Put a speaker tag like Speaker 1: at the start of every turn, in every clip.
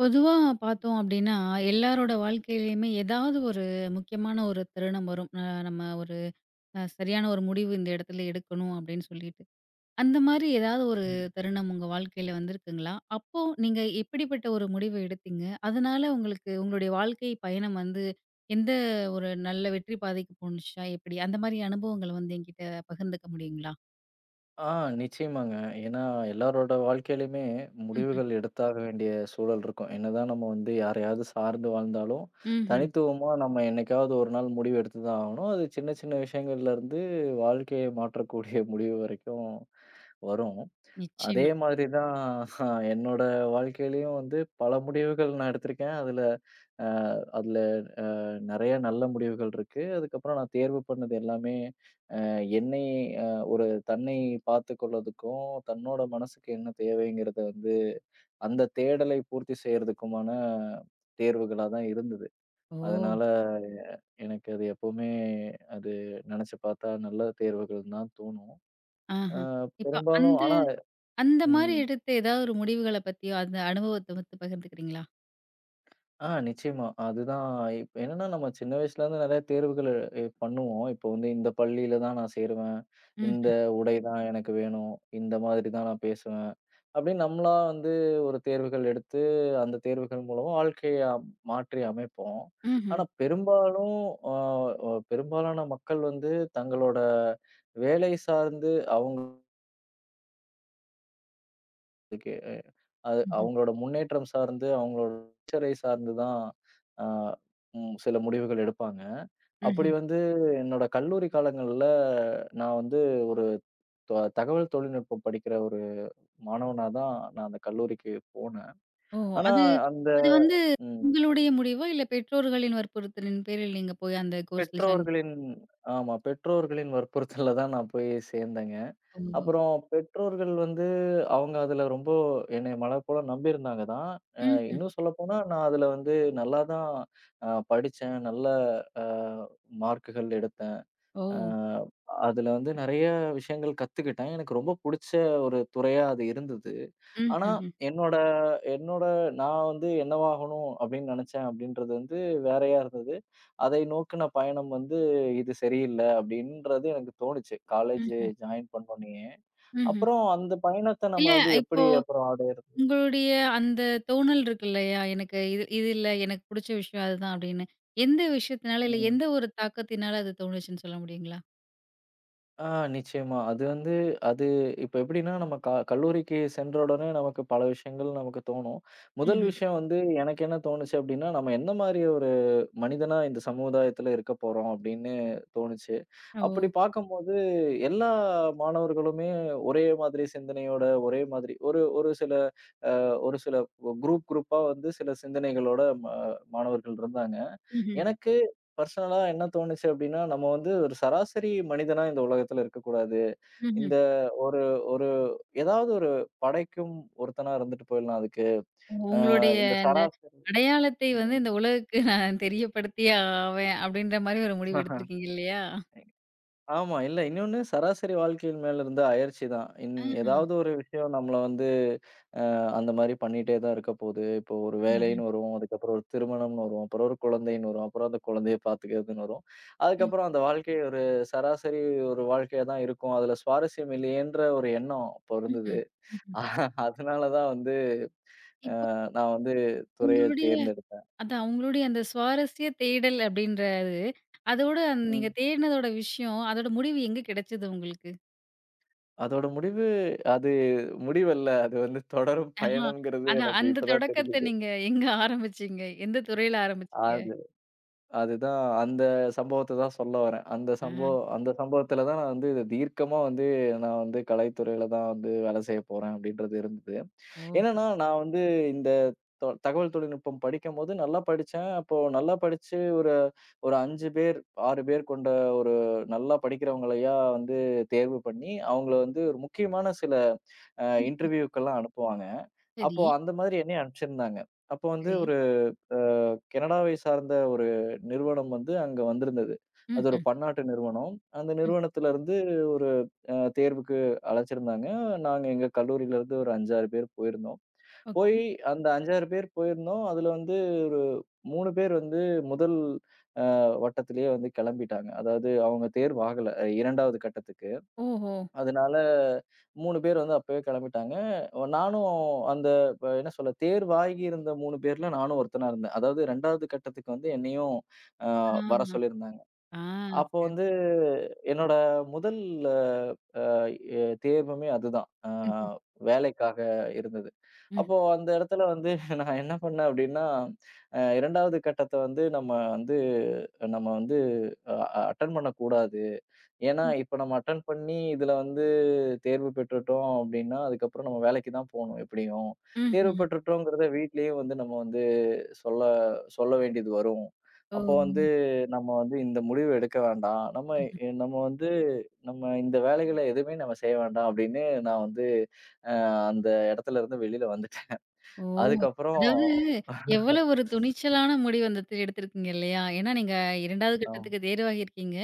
Speaker 1: பொதுவா பார்த்தோம் அப்படின்னா, எல்லாரோட வாழ்க்கையிலயுமே ஏதாவது ஒரு முக்கியமான ஒரு தருணம் வரும். நம்ம ஒரு சரியான ஒரு முடிவு இந்த இடத்துல எடுக்கணும் அப்படின்னு சொல்லிட்டு. அந்த மாரி ஏதாவது ஒரு
Speaker 2: ம்.
Speaker 1: தருணம் உங்க வாழ்க்கையில வந்திருக்குங்களா? அப்போ நீங்க எப்படிப்பட்ட ஒரு முடிவு எடுத்தீங்க? அதனால உங்களுக்கு உங்களுடைய வாழ்க்கை பயணம் வந்து எந்த ஒரு நல்ல வெற்றி பாதைக்கு போணுச்சா? எப்படி? அந்த மாரி அனுபவங்கள வந்து என்கிட்ட பகிர்ந்துக்க முடியுங்களா?
Speaker 2: ஆ நிச்சயமாங்க. ஏன்னா எல்லாரோட வாழ்க்கையிலயுமே
Speaker 1: ம்ஹ்ம்.
Speaker 2: முடிவுகள் எடுத்தாக வேண்டிய சூழல் இருக்கும். என்னதான் நம்ம வந்து யாரையாவது சார்ந்து வாழ்ந்தாலும்,
Speaker 1: ம்ஹ்ம்.
Speaker 2: தனித்துவமா நம்ம என்னைக்காவது ஒரு நாள் முடிவு எடுத்து தான் ஆகணும். அது சின்ன சின்ன விஷயங்கள்லேருந்து வாழ்க்கையை மாற்றக்கூடிய முடிவு வரைக்கும் வரும். அதே
Speaker 1: நிச்சயமா.
Speaker 2: மாதிரி தான் என்னோட வாழ்க்கையிலயும் வந்து பல முடிவுகள் நான் எடுத்திருக்கேன். அ அதில நெறைய நல்ல முடிவுகள் இருக்கு. அதுக்கப்புறம் நான் தேர்வு பண்ணது எல்லாமே என்னை அ ஒரு தன்னை பார்த்துக்கொள்றதுக்கும், தன்னோட மனசுக்கு என்ன தேவைங்கிறத வந்து, அந்த தேடலை பூர்த்தி செய்றதுக்குமான தேர்வுகளா தான் இருந்தது.
Speaker 1: ஓ!
Speaker 2: அதனால எனக்கு அது எப்பவுமே அது நெனச்சு பார்த்தா நல்ல தேர்வுகள் தான் தோணும்.
Speaker 1: ஆஹ.
Speaker 2: அ
Speaker 1: இப்ப
Speaker 2: பெரும்பாலும்
Speaker 1: அந்த
Speaker 2: ஆனா
Speaker 1: அந்த மாரி
Speaker 2: ம்.
Speaker 1: எடுத்த ஏதாவது ஒரு முடிவுகள பத்தியோ, அந்த அனுபவத்த பத்தி பகிர்ந்துக்கிறீங்களா?
Speaker 2: நிச்சயமா. அதுதான் இப்ப என்னன்னா, நம்ம சின்ன வயசுலேருந்து நெறைய தேர்வுகள் பண்ணுவோம். இப்போ வந்து இந்த பள்ளியில தான் நான் சேருவேன். இந்த
Speaker 1: ம்ஹ்ம்,
Speaker 2: உடை தான் எனக்கு வேணும். இந்த மாதிரி தான் நான் பேசுவேன். அப்படின்னு நம்மளா வந்து ஒரு தேர்வுகள் எடுத்து, அந்த தேர்வுகள் மூலமா வாழ்க்கைய மாற்றி அமைப்போம்.
Speaker 1: ம்ஹ்ம்,
Speaker 2: ஆனா பெரும்பாலும் அ அ பெரும்பாலான மக்கள் வந்து தங்களோட வேலை சார்ந்து அவங்க அது
Speaker 1: ம்ஹ்ம்,
Speaker 2: அவங்களோட முன்னேற்றம் சார்ந்து, அவங்களோட ஃபியூச்சரை சார்ந்து தான் அ ம் சில முடிவுகள் எடுப்பாங்க. அப்படி
Speaker 1: ம்ஹ்ம்.
Speaker 2: வந்து என்னோட கல்லூரி காலங்கள்ல நான் வந்து ஒரு த தகவல் தொழில்நுட்பம் படிக்கிற ஒரு மாணவனா தான் நான் அந்த கல்லூரிக்கு போனேன்.
Speaker 1: ஓ!
Speaker 2: ஆனா
Speaker 1: அது
Speaker 2: அந்த
Speaker 1: அது வந்து
Speaker 2: ம்.
Speaker 1: உங்களுடைய முடிவா? இல்ல பெற்றோர்களின் வற்புறுத்தலின் பேரில் நீங்க போய் அந்த கோர்ஸ்ல ஜாயின்
Speaker 2: பெற்றோர்களின் ஆமா. பெற்றோர்களின் வற்புறுத்தல்ல தான் நான் போய் சேர்ந்தேங்க.
Speaker 1: ஓஹோ!
Speaker 2: அப்புறம் பெற்றோர்கள் வந்து அவங்க அதுல ரொம்ப என்னைய மலர்போல நம்பியிருந்தாங்க தான். அ
Speaker 1: ம்ஹ்ம்.
Speaker 2: இன்னும் சொல்லப்போனா, நான் அதுல வந்து நல்லா தான் படிச்சேன். நல்ல அ மார்க்குகள் எடுத்தேன்.
Speaker 1: ஓ!
Speaker 2: அ அதுல வந்து நெறைய விஷயங்கள் கத்துக்கிட்டேன். எனக்கு ரொம்ப புடிச்ச ஒரு துறையா அது இருந்தது. ஆனா,
Speaker 1: ம்ஹ்ஹ்ம்,
Speaker 2: என்னோட என்னோட நான் வந்து என்னவாகணும் அப்படின்னு நினைச்சேன் அப்படின்றது வந்து வேறையா இருந்தது. அதை நோக்குன பயணம் வந்து இது சரியில்ல அப்படின்றது எனக்கு தோணுச்சு. காலேஜ்
Speaker 1: ம்ஹ்ம்,
Speaker 2: ஜாயின் பண்ணோனயே.
Speaker 1: ம்ஹ்ம்.
Speaker 2: அப்புறம் அந்த பயணத்த நம்ம
Speaker 1: இல்ல
Speaker 2: வந்து
Speaker 1: இப்போ
Speaker 2: எப்படி அப்புறம் அடையறது?
Speaker 1: உங்களுடைய
Speaker 2: ம்.
Speaker 1: அந்த தோணல் இருக்கு இல்லையா? எனக்கு இது இது இல்ல எனக்கு புடிச்ச விஷயம் அதுதான் அப்படின்னு. எந்த விஷயத்தினால, இல்ல
Speaker 2: ம்.
Speaker 1: எந்த ஒரு தாக்கத்தினால அது தோணுச்சுன்னு சொல்ல முடியுங்களா?
Speaker 2: ஆ நிச்சயமா. அது வந்து அது இப்ப எப்படின்னா, நம்ம கல்லூரிக்கு சென்ற உடனே நமக்கு பல விஷயங்கள் நமக்கு தோணும். முதல்
Speaker 1: ம்ஹ்ம்.
Speaker 2: விஷயம் வந்து எனக்கு என்ன தோணுச்சு அப்படின்னா, நம்ம எந்த மாரி ஒரு மனிதனா இந்த சமுதாயத்துல இருக்க போறோம் அப்படின்னு தோணுச்சு.
Speaker 1: ஓ!
Speaker 2: அப்படி பார்க்கும்போது எல்லா மாணவர்களுமே ஒரே மாதிரி சிந்தனையோட, ஒரே மாதிரி ஒரு ஒரு சில அ ஒரு சில குரூப் குரூப்பா வந்து சில சிந்தனைகளோட மாணவர்கள் இருந்தாங்க.
Speaker 1: ம்ஹ்ம்,
Speaker 2: எனக்கு பர்சனலா என்ன தோணுச்சு அப்டின்னா, நம்ம வந்து ஒரு சராசரி மனிதனா இந்த உலகத்துல இருக்கக்கூடாது.
Speaker 1: ம்ஹ்ம்.
Speaker 2: இந்த ஒரு ஒரு ஏதாவது ஒரு படைக்கும் ஒருத்தனா இருந்துட்டு போயிடலாம் அதுக்கு.
Speaker 1: உங்களுடைய
Speaker 2: இந்த
Speaker 1: அந்த
Speaker 2: சராசரி
Speaker 1: அடையாளத்தை வந்து இந்த உலகுக்கு நான் தெரியப்படுத்தியே ஆவேன் அப்படின்ற மாரி ஒரு முடிவு
Speaker 2: ம்.
Speaker 1: எடுத்திருக்கீங்க இல்லையா?
Speaker 2: ஆமா. இல்ல இன்னொன்னு சராசரி வாழ்க்கையின் மேல இருந்த அயர்ச்சி தான்.
Speaker 1: ஆஹா.
Speaker 2: ஏதாவது ஒரு விஷயம் நம்மள வந்து அ அந்த மாரி பண்ணிட்டே தான் இருக்க போது. இப்போ ஒரு
Speaker 1: ம்ஹ்ம்.
Speaker 2: வேலைன்னு வரும். அதுக்கப்புறம் ஒரு திருமணம்னு வரும். அப்புறம் ஒரு குழந்தைன்னு வரும். அப்புறம் அந்த குழந்தைய பார்த்துக்கிறதுன்னு வரும்.
Speaker 1: ம்.
Speaker 2: அதுக்கப்புறம் அந்த வாழ்க்கை ஒரு சராசரி ஒரு வாழ்க்கையா தான் இருக்கும். அதுல சுவாரஸ்யம் இல்லையேன்ற ஒரு எண்ணம் அப்போ இருந்தது.
Speaker 1: ம்ஹ்ம். ம்ஹ்ம்.
Speaker 2: அதனால தான் வந்து
Speaker 1: இப்போ
Speaker 2: நான் வந்து துறைய
Speaker 1: உங்களுடைய
Speaker 2: தேர்ந்தெடுத்தேன்.
Speaker 1: அதான் உங்களுடைய அந்த சுவாரஸ்ய தேடல் அப்படின்றது, அதோட அந்த
Speaker 2: ம்.
Speaker 1: நீங்க தேடினதோட விஷயம், அதோட முடிவு எங்க கிடைச்சது உங்களுக்கு?
Speaker 2: அதோட முடிவு அது முடிவல்ல. அது வந்து தொடரும்
Speaker 1: ஆஹா.
Speaker 2: பயணம்ங்கிறது
Speaker 1: அதான்
Speaker 2: எனக்கு
Speaker 1: அந்த
Speaker 2: இப்ப தான்
Speaker 1: தொடக்கத்த
Speaker 2: தெரிஞ்சது.
Speaker 1: நீங்க எங்க ஆரம்பிச்சீங்க? எந்த துறையில ஆரம்பிச்சீங்க?
Speaker 2: அது அதுதான் அந்த சம்பவத்த தான் சொல்ல வரேன். அந்த
Speaker 1: ஆ.
Speaker 2: சம்பவம் அந்த சம்பவத்துல தான் நான் வந்து இத தீர்க்கமா வந்து நான் வந்து கலைத்துறையில தான் வந்து வேலை செய்ய போறேன் அப்படின்றது இருந்தது.
Speaker 1: ஓஹோ!
Speaker 2: என்னன்னா, நான் வந்து இந்த தகவல் தொழில்நுட்பம் படிக்கும்போது நல்லா படிச்சேன். அப்போ நல்லா படிச்சு ஒரு ஒரு 5 பேர், 6 பேர் கொண்ட ஒரு நல்லா படிக்கிறவங்களையா வந்து தேர்வு பண்ணி, அவங்கள வந்து ஒரு முக்கியமான சில
Speaker 1: ம்.
Speaker 2: இன்டர்வியூக்கெல்லாம் அனுப்புவாங்க.
Speaker 1: சரி,
Speaker 2: அப்போ அந்த மாதிரி என்னையும் அனுப்பிச்சிருந்தாங்க. அப்போ வந்து
Speaker 1: சரி.
Speaker 2: அ கனடாவை சார்ந்த ஒரு நிறுவனம் வந்து அங்க வந்திருந்தது. அது ஒரு
Speaker 1: ம்ஹ்ம்.
Speaker 2: பன்னாட்டு நிறுவனம். அந்த
Speaker 1: ம்.
Speaker 2: நிறுவனத்திலருந்து ஒரு தேர்வுக்கு அழைச்சிருந்தாங்க. நாங்க எங்க கல்லூரியிலருந்து ஒரு 5, 6 பேர் போயிருந்தோம். போய்
Speaker 1: ஓகே.
Speaker 2: அந்த 5, 6 பேர் போயிருந்தோம். அதுல வந்து ஒரு 3 பேர் வந்து முதல் வட்டத்திலேயே வந்து கிளம்பிட்டாங்க. அதாவது அவங்க தேர்வு ஆகல 2வது கட்டத்துக்கு.
Speaker 1: ஓஹோ!
Speaker 2: அதனால 3 பேர் வந்து அப்பவே கிளம்பிட்டாங்க. நானும் அந்த என்ன சொல்ல தேர்வாகி இருந்த 3 பேர்ல நானும் ஒருத்தனா இருந்தேன். அதாவது 2வது கட்டத்துக்கு வந்து என்னையும் அ வர
Speaker 1: ஆஹா.
Speaker 2: சொல்லியிருந்தாங்க.
Speaker 1: ஆ.
Speaker 2: அப்போ வந்து
Speaker 1: சிறப்பு.
Speaker 2: என்னோட முதல் அ தேர்வுமே அதுதான்.
Speaker 1: ம்ஹ்ம்.
Speaker 2: வேலைக்காக இருந்தது.
Speaker 1: ம்.
Speaker 2: அப்போ அந்த இடத்துல வந்து நான் என்ன பண்ணேன் அப்படின்னா, அ 2வது கட்டத்த வந்து நம்ம வந்து நம்ம வந்து அ அட்டெண்ட் பண்ணக்கூடாது. ஏன்னா
Speaker 1: ம்.
Speaker 2: இப்ப நம்ம அட்டெண்ட் பண்ணி இதுல வந்து தேர்வு பெற்றுட்டோம் அப்படின்னா, அதுக்கப்புறம் நம்ம வேலைக்கு தான் போணும் எப்படியும். தேர்வு
Speaker 1: ம்ஹ்ம்.
Speaker 2: பெற்றுட்டோங்கிறத வீட்லயே வந்து நம்ம வந்து சொல்ல சொல்ல வேண்டியது வரும்.
Speaker 1: ஓ!
Speaker 2: அப்போ வந்து நம்ம வந்து இந்த முடிவு எடுக்க வேண்டாம். நம்ம
Speaker 1: ம்ஹ்ம்.
Speaker 2: நம்ம வந்து நம்ம இந்த வேலைகள எதுவுமே நம்ம செய்ய வேண்டாம் அப்படின்னு நான் வந்து அ அந்த இடத்துல இருந்து வெளியில வந்துட்டேன்.
Speaker 1: ஓ!
Speaker 2: அதுக்கப்புறம்
Speaker 1: அதாவது எவ்வளவு ஒரு துணிச்சலான முடிவு அந்த இடத்துல எடுத்திருக்கீங்க இல்லையா? ஏன்னா நீங்க 2வது
Speaker 2: அ
Speaker 1: கட்டத்துக்கு தேர்வாகியிருக்கீங்க.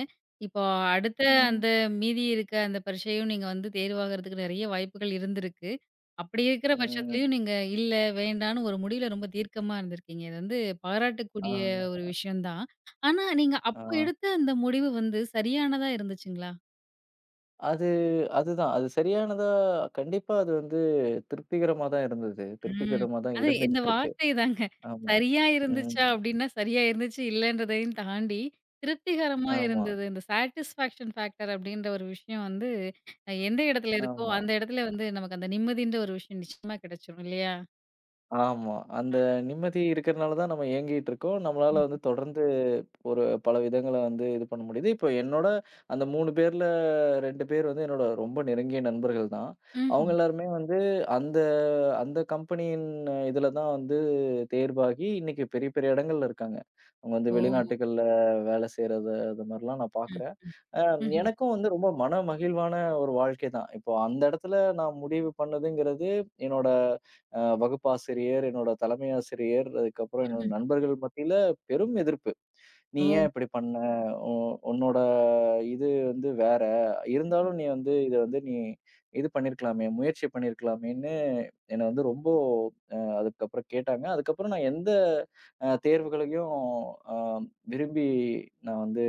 Speaker 1: இப்போ அடுத்த
Speaker 2: ம்.
Speaker 1: அந்த மீதி இருக்க அந்த பரீட்சையும் நீங்க வந்து தேர்வாகறதுக்கு நெறைய வாய்ப்புகள் இருந்திருக்கு. அப்படி இருக்கிற
Speaker 2: ம்.
Speaker 1: பட்சத்துலயும் நீங்க இல்ல, வேண்டான்னு ஒரு முடிவுல ரொம்ப தீர்க்கமா இருந்திருக்கீங்க. இது வந்து
Speaker 2: ஆ,
Speaker 1: பாராட்டக்கூடிய ஒரு விஷயம் தான். ஆனா நீங்க
Speaker 2: ஆ.
Speaker 1: அப்ப எடுத்த அந்த முடிவு வந்து சரியானதா இருந்துச்சுங்களா?
Speaker 2: அது அதுதான். அது சரியானதா கண்டிப்பா அது வந்து திருப்திகரமா தான் இருந்தது.
Speaker 1: ம்.
Speaker 2: திருப்திகரமா தான்
Speaker 1: அது இந்த
Speaker 2: இருந்துகிட்டு இருக்கு.
Speaker 1: வார்த்தை தாங்க.
Speaker 2: ஆமா.
Speaker 1: சரியா
Speaker 2: ம்.
Speaker 1: இருந்துச்சா அப்டின்னா, சரியா இருந்துச்சு இல்லன்றதையும் தாண்டி, திருப்திகரமா
Speaker 2: ஆமா,
Speaker 1: இருந்தது. இந்த சாட்டிஸ்ஃபேக்ஷன் ஃபேக்டர் அப்டின்ற ஒரு விஷயம் வந்து, எந்த இடத்துல இருக்கோ,
Speaker 2: ஆமா,
Speaker 1: அந்த இடத்துல வந்து நமக்கு அந்த நிம்மதின்ற ஒரு விஷயம் நிச்சயமா கிடைச்சிரும் இல்லையா?
Speaker 2: ஆமா. அந்த நிம்மதி இருக்கிறனால தான் நம்ம ஏங்கிட்டு இருக்கோம். நம்மளால வந்து
Speaker 1: ம்.
Speaker 2: தொடர்ந்து ஒரு பல விதங்கள வந்து இது பண்ண முடியுது. இப்போ என்னோட அந்த 3 பேர்ல 2 பேர் வந்து என்னோட ரொம்ப நெருங்கிய நண்பர்கள் தான். அவங்க
Speaker 1: ம்ஹ்ம்.
Speaker 2: எல்லாருமே வந்து அந்த அந்த கம்பெனியின் இதுல தான் வந்து தேர்வாகி இன்னைக்கு பெரிய பெரிய இடங்கள்ல இருக்காங்க. அவங்க வந்து
Speaker 1: ஓ!
Speaker 2: வெளிநாட்டுகள்ல வேலை செய்றது அது மாரிலாம் நான்
Speaker 1: ம்.
Speaker 2: பார்க்குறேன். அ
Speaker 1: ம்ஹ்ம்.
Speaker 2: எனக்கும் வந்து ரொம்ப மன மகிழ்வான ஒரு வாழ்க்கை தான். இப்போ அந்த இடத்துல நான் முடிவு பண்ணதுங்கிறது, என்னோட வகுப்பாசிரியர், என்னோட தலைமை ஆசிரியர், அதுக்கப்புறம் என்னோட
Speaker 1: ம்ஹ்ம்.
Speaker 2: நண்பர்கள் மத்தியில பெரும் எதிர்ப்பு. "நீ
Speaker 1: ஓ!
Speaker 2: ஏன் இப்படி பண்ண? உ உன்னோட இது வந்து வேற.
Speaker 1: ம்ஹ்ம்.
Speaker 2: இருந்தாலும் நீ வந்து இத வந்து நீ இது பண்ணியிருக்கலாமே, முயற்சி பண்ணியிருக்கலாமேன்னு" என்னை வந்து ரொம்ப அதுக்கப்புறம் கேட்டாங்க. அதுக்கப்புறம் நான் எந்த தேர்வுகளையும் அ விரும்பி நான் வந்து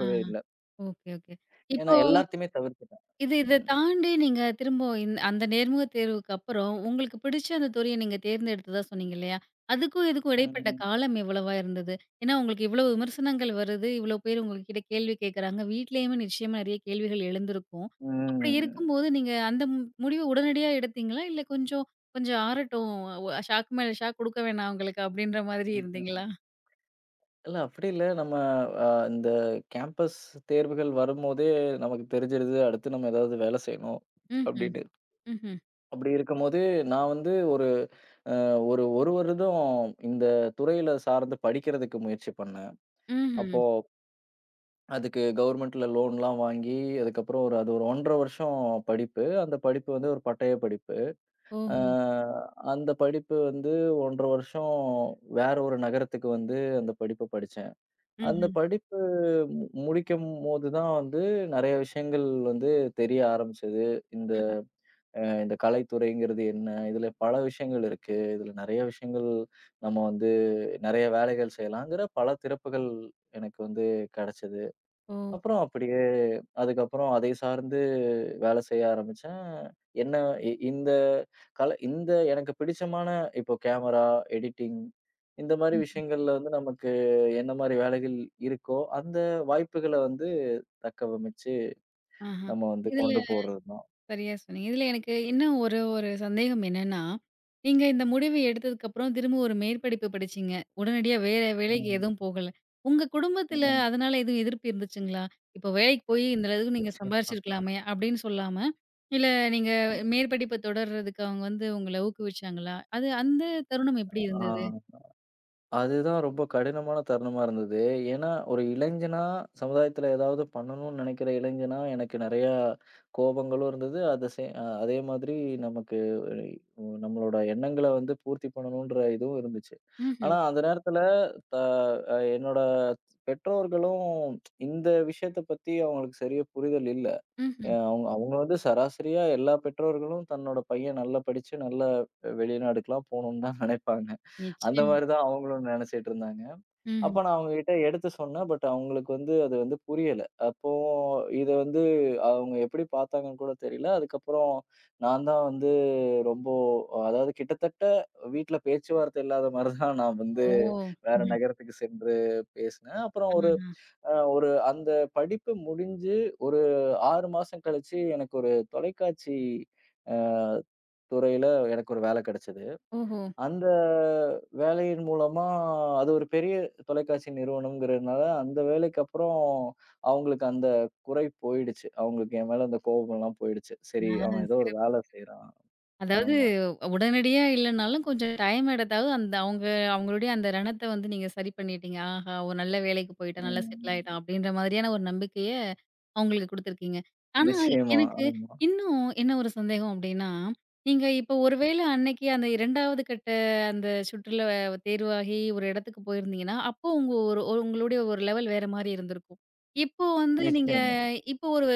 Speaker 1: ஆ.
Speaker 2: இல்ல.
Speaker 1: Okay, okay.
Speaker 2: ஏன்னா
Speaker 1: இப்போ
Speaker 2: எல்லாத்தையுமே தவிர்த்துட்டேன்.
Speaker 1: இது இத
Speaker 2: ம்,
Speaker 1: தாண்டி நீங்க திரும்ப இந்த அந்த நேர்முக தேர்வுக்கு அப்புறம், உங்களுக்கு பிடிச்ச அந்த துறைய நீங்க தேர்ந்தெடுத்ததா சொன்னீங்க இல்லையா? அதுக்கும் இதுக்கும் இடைப்பட்ட
Speaker 2: ம்,
Speaker 1: காலம் எவ்வளவா இருந்தது? ஏன்னா, உங்களுக்கு இவ்வளவு விமர்சனங்கள் வருது, இவ்வளோ பேர் உங்ககிட்ட கேள்வி கேட்குறாங்க. வீட்லயுமே நிச்சயமா நெறைய கேள்விகள் எழுந்திருக்கும். அப்படி
Speaker 2: ம்,
Speaker 1: இருக்கும்போது நீங்க அந்த முடிவு உடனடியா எடுத்தீங்களா? இல்ல கொஞ்சம் கொஞ்சம் ஆறட்டும், ஷாக்கு மேல ஷாக் குடுக்க வேணாம் அவங்களுக்கு அப்படின்ற மாதிரி இருந்தீங்களா?
Speaker 2: ம்ஹ்ம். இல்ல அப்படி இல்ல. நம்ம அ இந்த கேம்பஸ் தேர்வுகள் வரும்போதே நமக்கு தெரிஞ்சிருது. அடுத்து நம்ம ஏதாவது வேலை செய்யணும்
Speaker 1: ம்ஹ்ம்.
Speaker 2: அப்படின்னு.
Speaker 1: ம்ஹ்ம்.
Speaker 2: அப்படி இருக்கும்போது நான் வந்து ஒரு 1 வருடம் இந்த துறையில சார்ந்து படிக்கிறதுக்கு முயற்சி பண்ணேன்.
Speaker 1: ம்ஹ்ம்.
Speaker 2: அப்போ அதுக்கு கவர்மெண்ட்ல லோன்லாம் வாங்கி, அதுக்கப்புறம் ஒரு 1 1/2 வருஷம் படிப்பு. அந்த படிப்பு வந்து ஒரு பட்டய படிப்பு. அ
Speaker 1: ஓஹோ!
Speaker 2: அந்த படிப்பு வந்து 1 1/2 வருஷம் வேற ஒரு நகரத்துக்கு வந்து அந்த படிப்ப படிச்சேன். அந்த
Speaker 1: ம்ஹ்ம்.
Speaker 2: படிப்பு முடிக்கும்போது தான் வந்து நெறைய விஷயங்கள் வந்து தெரிய ஆரம்பிச்சது. இந்த
Speaker 1: ம்ஹ்ம்.
Speaker 2: இந்த கலைத்துறைங்கிறது என்ன? இதுல பல விஷயங்கள் இருக்கு. இதுல நெறைய விஷயங்கள் நம்ம வந்து நெறைய வேலைகள் செய்யலாங்கிற பல திறப்புகள் எனக்கு வந்து கெடைச்சது.
Speaker 1: ஓ!
Speaker 2: அப்புறம் அப்படியே அதுக்கப்புறம் அதை சார்ந்து வேலை செய்ய ஆரம்பிச்சேன். என்ன இ இந்த கல இந்த எனக்கு பிடிச்சமான இப்போ கேமரா, எடிட்டிங் இந்த மாரி
Speaker 1: ம்.
Speaker 2: விஷயங்கள்ல வந்து நமக்கு என்ன மாரி வேலைகள் இருக்கோ, அந்த வாய்ப்புகள வந்து தக்கவமிச்சு
Speaker 1: ஆஹா.
Speaker 2: நம்ம வந்து
Speaker 1: இதுல
Speaker 2: கொண்டு போறது தான்.
Speaker 1: சரியா சொன்னீங்க. இதில எனக்கு இன்னும் ஒரு ஒரு சந்தேகம் என்னன்னா, நீங்க இந்த முடிவு எடுத்ததுக்கப்புறம் திரும்ப ஒரு மேற்படிப்பு படிச்சீங்க. உடனடியா வேற வேலைக்கு
Speaker 2: ம்,
Speaker 1: எதுவும் போகல. உங்க குடும்பத்தில
Speaker 2: ம்.
Speaker 1: அதனால எதுவும் எதிர்ப்பு இருந்துச்சுங்களா? "இப்போ வேலைக்கு போய் இந்த அளவுக்கு நீங்க
Speaker 2: நிச்சயமா.
Speaker 1: சம்பாரிச்சிருக்கலாமே" அப்படின்னு சொல்லாம, இல்ல நீங்க
Speaker 2: ம்.
Speaker 1: மேற்படிப்ப தொடர்றதுக்கு அவங்க வந்து உங்கள ஊக்குவிச்சாங்களா? அது அந்த தருணம் எப்படி
Speaker 2: ஆ.
Speaker 1: இருந்தது?
Speaker 2: அதுதான் ரொம்ப கடினமான தருணமா இருந்தது. ஏன்னா, ஒரு இளைஞனா சமுதாயத்துல ஏதாவது பண்ணணும்னு நெனைக்கிற இளைஞனா, எனக்கு நெறையா கோபங்களும் இருந்தது. அத சே அ அதே மாதிரி நமக்கு ஒரு நம்மளோட எண்ணங்கள வந்து பூர்த்தி பண்ணணுன்ற இதுவும் இருந்துச்சு.
Speaker 1: ம்ஹ்ம்,
Speaker 2: ஆனா, அந்த நேரத்துல த அ என்னோட பெற்றோர்களும் இந்த விஷயத்த பத்தி அவங்களுக்கு சரியா புரிதல் இல்ல.
Speaker 1: ம்ஹ்ம்.
Speaker 2: அவங்க அவங்க வந்து சராசரியா எல்லா பெற்றோர்களும் தன்னோட பையன் நல்லா படிச்சு, நல்ல வெளிநாடுக்குலாம் போணும்னு தான் நெனைப்பாங்க. அந்த
Speaker 1: நிச்சயமா.
Speaker 2: மாரி தான் அவங்களும் நெனச்சிட்டு இருந்தாங்க. அப்ப
Speaker 1: ம்ஹ்ம்.
Speaker 2: நான் அவங்ககிட்ட எடுத்து சொன்னேன். பட் அவங்களுக்கு வந்து அது வந்து புரியல. அப்போ இத வந்து அவங்க எப்படி பார்த்தாங்கன்னு கூட தெரியல. அதுக்கப்புறம் நான் தான் வந்து ரொம்ப அதாவது கிட்டத்தட்ட வீட்ல பேச்சுவார்த்தை இல்லாத மாரி தான் நான்
Speaker 1: ஓ!
Speaker 2: வந்து வேற
Speaker 1: ம்ஹ்ம்.
Speaker 2: நகரத்துக்கு சென்று பேசினேன். அப்புறம் ஒரு
Speaker 1: ஆஹ.
Speaker 2: அ ஒரு அந்த படிப்பு முடிஞ்சு ஒரு 6 மாசம் கழிச்சு எனக்கு ஒரு தொலைக்காட்சி அ துறையில எனக்கு ஒரு வேல கெடைச்சது.
Speaker 1: ஓஹோ!
Speaker 2: அந்த வேலையின் மூலமா அது ஒரு பெரிய தொலைக்காட்சி நிறுவனம்ங்கிறதுனால, அந்த வேலைக்கப்புறம் அவங்களுக்கு அந்த குறை போயிடுச்சு. அவங்களுக்கு என் மேல அந்த கோபம்லாம் போயிடுச்சு.
Speaker 1: ஆ
Speaker 2: சரி, அவன் ஏதோ ஒரு
Speaker 1: சிறப்பு.
Speaker 2: வேலை செய்றான்.
Speaker 1: அதாவது
Speaker 2: ஆமா.
Speaker 1: உடனடியா இல்லனாலும் கொஞ்சம் டைம் எடுத்தாவது அந்த அவங்க அவங்களுடைய அந்த ரணத்த வந்து நீங்க சரி பண்ணிட்டீங்க. ஆஹா! ஒரு நல்ல வேலைக்கு போயிட்டான், நல்லா ம். செட்டில் ஆயிட்டான்
Speaker 2: ம்.
Speaker 1: அப்படின்ற மாதிரியான ஒரு நம்பிக்கைய அவங்களுக்கு குடுத்துருக்கீங்க. ஆனா ஆமா.
Speaker 2: நிச்சயமா.
Speaker 1: எனக்கு
Speaker 2: ஆமா.
Speaker 1: இன்னும் என்ன ஒரு சந்தேகம் அப்படின்னா, நீங்க இப்போ ஒருவேள அன்னைக்கு அந்த 2வது கட்ட அந்த சுற்றுல தேர்வாகி ஒரு இடத்துக்கு போயிருந்தீங்கன்னா, அப்போ உங்க ஒரு ஒரு- உங்களுடைய ஒரு லெவல் வேற மாரி இருந்திருக்கும். இப்போ வந்து நீங்க
Speaker 2: நிச்சயமா.
Speaker 1: இப்போ ஒரு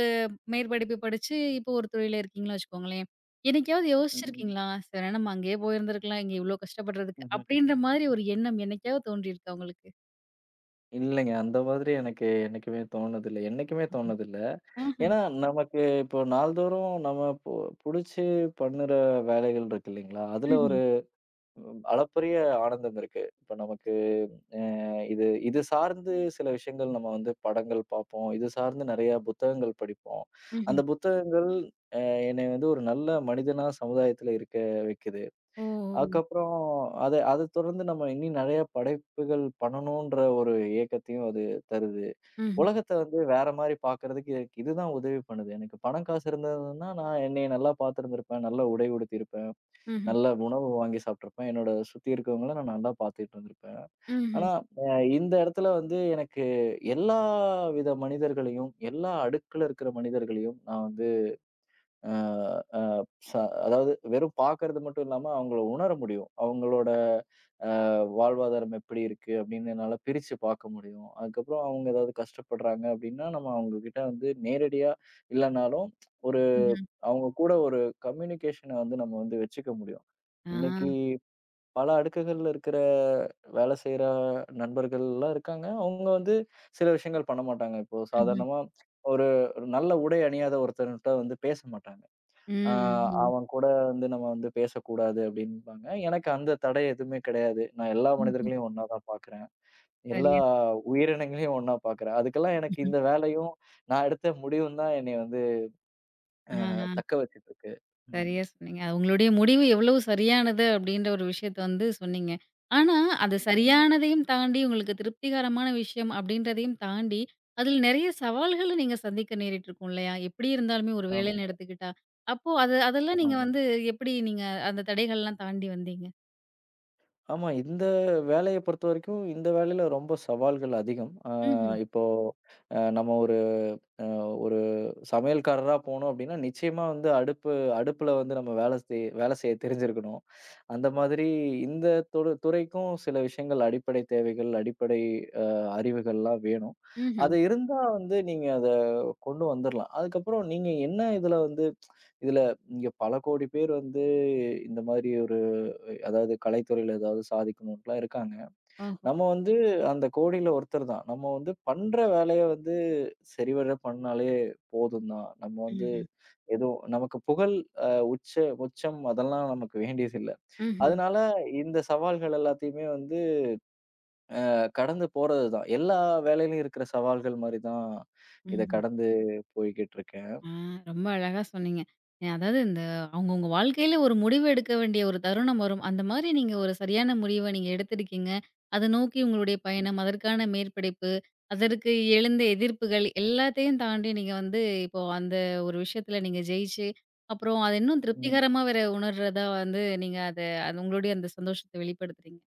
Speaker 1: மேற்படிப்பு படிச்சு இப்போ ஒரு துறையில இருக்கீங்கன்னு வச்சுக்கோங்களேன். என்னைக்காவது
Speaker 2: ம்.
Speaker 1: யோசிச்சிருக்கீங்களா? "சரி நம்ம அங்கேயே போயிருந்திருக்கலாம். இங்க இவ்ளோ கஷ்டப்படுறதுக்கு."
Speaker 2: ம்ஹ்ம்.
Speaker 1: அப்படின்ற மாரி ஒரு எண்ணம் என்னைக்காவது தோன்றியிருக்கா உங்களுக்கு?
Speaker 2: இல்லைங்க. அந்த மாதிரி எனக்கு என்னைக்குமே தோணுதில்ல. என்னைக்குமே தோணுதில்ல.
Speaker 1: ஆஹ.
Speaker 2: ஏன்னா, நமக்கு இப்போ நாள்தோறும் நம்ம புடிச்சு பண்ணுற வேலைகள் இருக்கு இல்லைங்களா? அதுல
Speaker 1: ம்ஹ்ம்.
Speaker 2: ஒரு அளப்பரிய ஆனந்தம் இருக்கு. இப்ப நமக்கு இது இது சார்ந்து சில விஷயங்கள் நம்ம வந்து படங்கள் பார்ப்போம். இது சார்ந்து நெறைய புத்தகங்கள் படிப்போம். அந்த
Speaker 1: ம்ஹ்ம்.
Speaker 2: புத்தகங்கள் அ என்னை வந்து ஒரு நல்ல மனிதனா சமுதாயத்துல இருக்க வைக்குது.
Speaker 1: ஓ! ஓ!
Speaker 2: அதுக்கப்புறம் அத அத தொடர்ந்து நம்ம இன்னும் நெறைய படைப்புகள் பண்ணணுன்ற ஒரு ஏக்கத்தையும் அது தருது.
Speaker 1: ம்ஹ்ம்.
Speaker 2: உலகத்த வந்து வேற மாரி பார்க்கறதுக்கு எனக்கு இதுதான் உதவி பண்ணுது. எனக்கு பணம் காசு இருந்ததுன்னா, நான் என்னைய நல்லா பார்த்திருந்திருப்பேன். நல்ல உடை உடுத்தியிருப்பேன்.
Speaker 1: ம்ஹ்ம்.
Speaker 2: நல்ல உணவு வாங்கி சாப்பிட்டுருப்பேன். என்னோட சுத்தி இருக்கவங்கள நான் நல்லா பார்த்துட்டு இருந்திருப்பேன்.
Speaker 1: ம்ஹ்ம்.
Speaker 2: ஆனா, அ இந்த இடத்துல வந்து எனக்கு எல்லா வித மனிதர்களையும், எல்லா அடுக்குல இருக்கிற மனிதர்களையும் நான் வந்து அ அ ச அதாவது வெறும் பார்க்கறது மட்டும் இல்லாம அவங்கள உணர முடியும். அவங்களோட அ வாழ்வாதாரம் எப்படி இருக்கு அப்படின்னு என்னால பிரிச்சு பார்க்க முடியும். அதுக்கப்புறம் அவங்க ஏதாவது கஷ்டப்படுறாங்க அப்படின்னா, நம்ம அவங்க கிட்ட வந்து நேரடியா இல்லனாலும் ஒரு
Speaker 1: ம்ஹ்ம்.
Speaker 2: அவங்க கூட ஒரு கம்யூனிகேஷன வந்து நம்ம வந்து வச்சுக்க முடியும்.
Speaker 1: ஆ.
Speaker 2: இன்னைக்கு பல அடுக்குகள்ல இருக்கிற வேலை செய்ற நண்பர்கள்லாம் இருக்காங்க. அவங்க வந்து சில விஷயங்கள் பண்ண மாட்டாங்க. இப்போ
Speaker 1: ம்ஹ்ம்.
Speaker 2: சாதாரணமா ஒரு ஒரு நல்ல உடை அணியாத ஒருத்தன்ட்ட வந்து பேச மாட்டாங்க. ஆ
Speaker 1: ம்.
Speaker 2: அவன் கூட வந்து நம்ம வந்து பேசக்கூடாது அப்டின்பாங்க. எனக்கு அந்த தடை எதுவுமே கிடையாது. நான் எல்லா
Speaker 1: ம்ஹ்ம்.
Speaker 2: மனிதர்களையும் ஒண்ணா தான் பார்க்குறேன். எல்லா
Speaker 1: சரியா.
Speaker 2: உயிரினங்களையும் ஒண்ணா பார்க்குறேன். அதுக்கெல்லாம் எனக்கு
Speaker 1: ம்ஹ்ம்.
Speaker 2: இந்த வேலையும், நான் எடுத்த முடிவும் தான் என்னைய வந்து
Speaker 1: ஆ.
Speaker 2: தக்க வச்சுட்டு இருக்கு. ம்.
Speaker 1: சரியா சொன்னீங்க. அது உங்களுடைய முடிவு எவ்வளவு சரியானது அப்படின்ற ஒரு விஷயத்த வந்து சொன்னீங்க. ஆனா, அது
Speaker 2: ம்.
Speaker 1: சரியானதையும் தாண்டி, உங்களுக்கு திருப்திகரமான விஷயம் அப்படின்றதையும் தாண்டி, அதில நெறைய சவால்கள நீங்க சந்திக்க நேரிட்டுருக்கும் இல்லையா? எப்படி இருந்தாலுமே ஒரு வேலைன்னு
Speaker 2: ஆமா,
Speaker 1: எடுத்துக்கிட்டா, அப்போ அது அதெல்லாம் நீங்க
Speaker 2: ஆமா.
Speaker 1: வந்து எப்படி நீங்க அந்த தடைகள்லாம் தாண்டி வந்தீங்க?
Speaker 2: ஆமா. இந்த வேலைய பொறுத்தவரைக்கும், இந்த வேலையில ரொம்ப சவால்கள் அதிகம்.
Speaker 1: ம்ஹ்ம்,
Speaker 2: இப்போ நம்ம அ ஒரு சமையல்காரரா போனோம் அப்டின்னா, நிச்சயமா வந்து அடுப்புல வந்து நம்ம வேல செய்ய தெரிஞ்சிருக்கணும். அந்த மாதிரி இந்த தொடு துறைக்கும் சில விஷயங்கள் அடிப்படை தேவைகள், அடிப்படை அ அறிவுகள்லாம் வேணும்.
Speaker 1: ம்ஹ்ம்.
Speaker 2: அது இருந்தா வந்து நீங்க அத கொண்டு வந்துரலாம். அதுக்கப்புறம் நீங்க என்ன இதுல வந்து இதுல இங்க பல கோடி பேர் வந்து இந்த மாரி ஒரு அதாவது கலைத்துறையில ஏதாவது சாதிக்கணுன்ட்டுலாம் இருக்காங்க.
Speaker 1: ஓஹோ!
Speaker 2: நம்ம வந்து அந்த கோடியில ஒருத்தர் தான். நம்ம வந்து பண்ற வேலைய வந்து சரிவர பண்ணாலே போதும் தான். நம்ம வந்து
Speaker 1: ம்ஹ்ம்,
Speaker 2: எதுவும் நமக்கு புகழ், அ உச்ச உச்சம் அதெல்லாம் நமக்கு வேண்டியதில்ல.
Speaker 1: ம்ஹ்ம்,
Speaker 2: அதனால இந்த சவால்கள் எல்லாத்தையுமே வந்து கடந்து போறது தான். எல்லா வேலையிலும் இருக்கிற சவால்கள் மாரி தான் இத
Speaker 1: ம்ஹ்ம்.
Speaker 2: கடந்து போய்க்கிட்டு இருக்கேன்.
Speaker 1: ஆ, ரொம்ப அழகா சொன்னீங்க. அதாவது இந்த அவங்கவங்க வாழ்க்கையில ஒரு முடிவு எடுக்க வேண்டிய ஒரு தருணம் வரும். அந்த மாரி நீங்க ஒரு சரியான முடிவ நீங்க எடுத்திருக்கீங்க. அத நோக்கி உங்களுடைய பயணம், அதற்கான மேற்படிப்பு, அதற்கு எழுந்த எதிர்ப்புகள் எல்லாத்தையும் தாண்டி நீங்க வந்து இப்போ அந்த ஒரு விஷயத்துல நீங்க ஜெயிச்சு, அப்புறம் அது இன்னும்
Speaker 2: ம்.
Speaker 1: திருப்திகரமா வேற உணர்றதா வந்து நீங்க அத அது உங்களுடைய அந்த சந்தோஷத்த வெளிப்படுத்துறீங்க.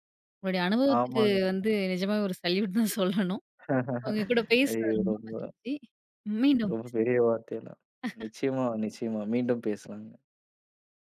Speaker 1: உங்களுடைய அனுபவத்துக்கு
Speaker 2: ஆமாங்க.
Speaker 1: வந்து நிஜமாவே ஒரு சல்யூட் தான் சொல்லணும். உங்க கூட
Speaker 2: ஐயோ!
Speaker 1: பேசுனது ரொம்ப
Speaker 2: ரொம்ப
Speaker 1: மகிழ்ச்சி.
Speaker 2: ரொம்ப
Speaker 1: மீண்டும்
Speaker 2: பெரிய வார்த்தையெல்லாம். நிச்சயமா, நிச்சயமா. மீண்டும் பேசலாங்க.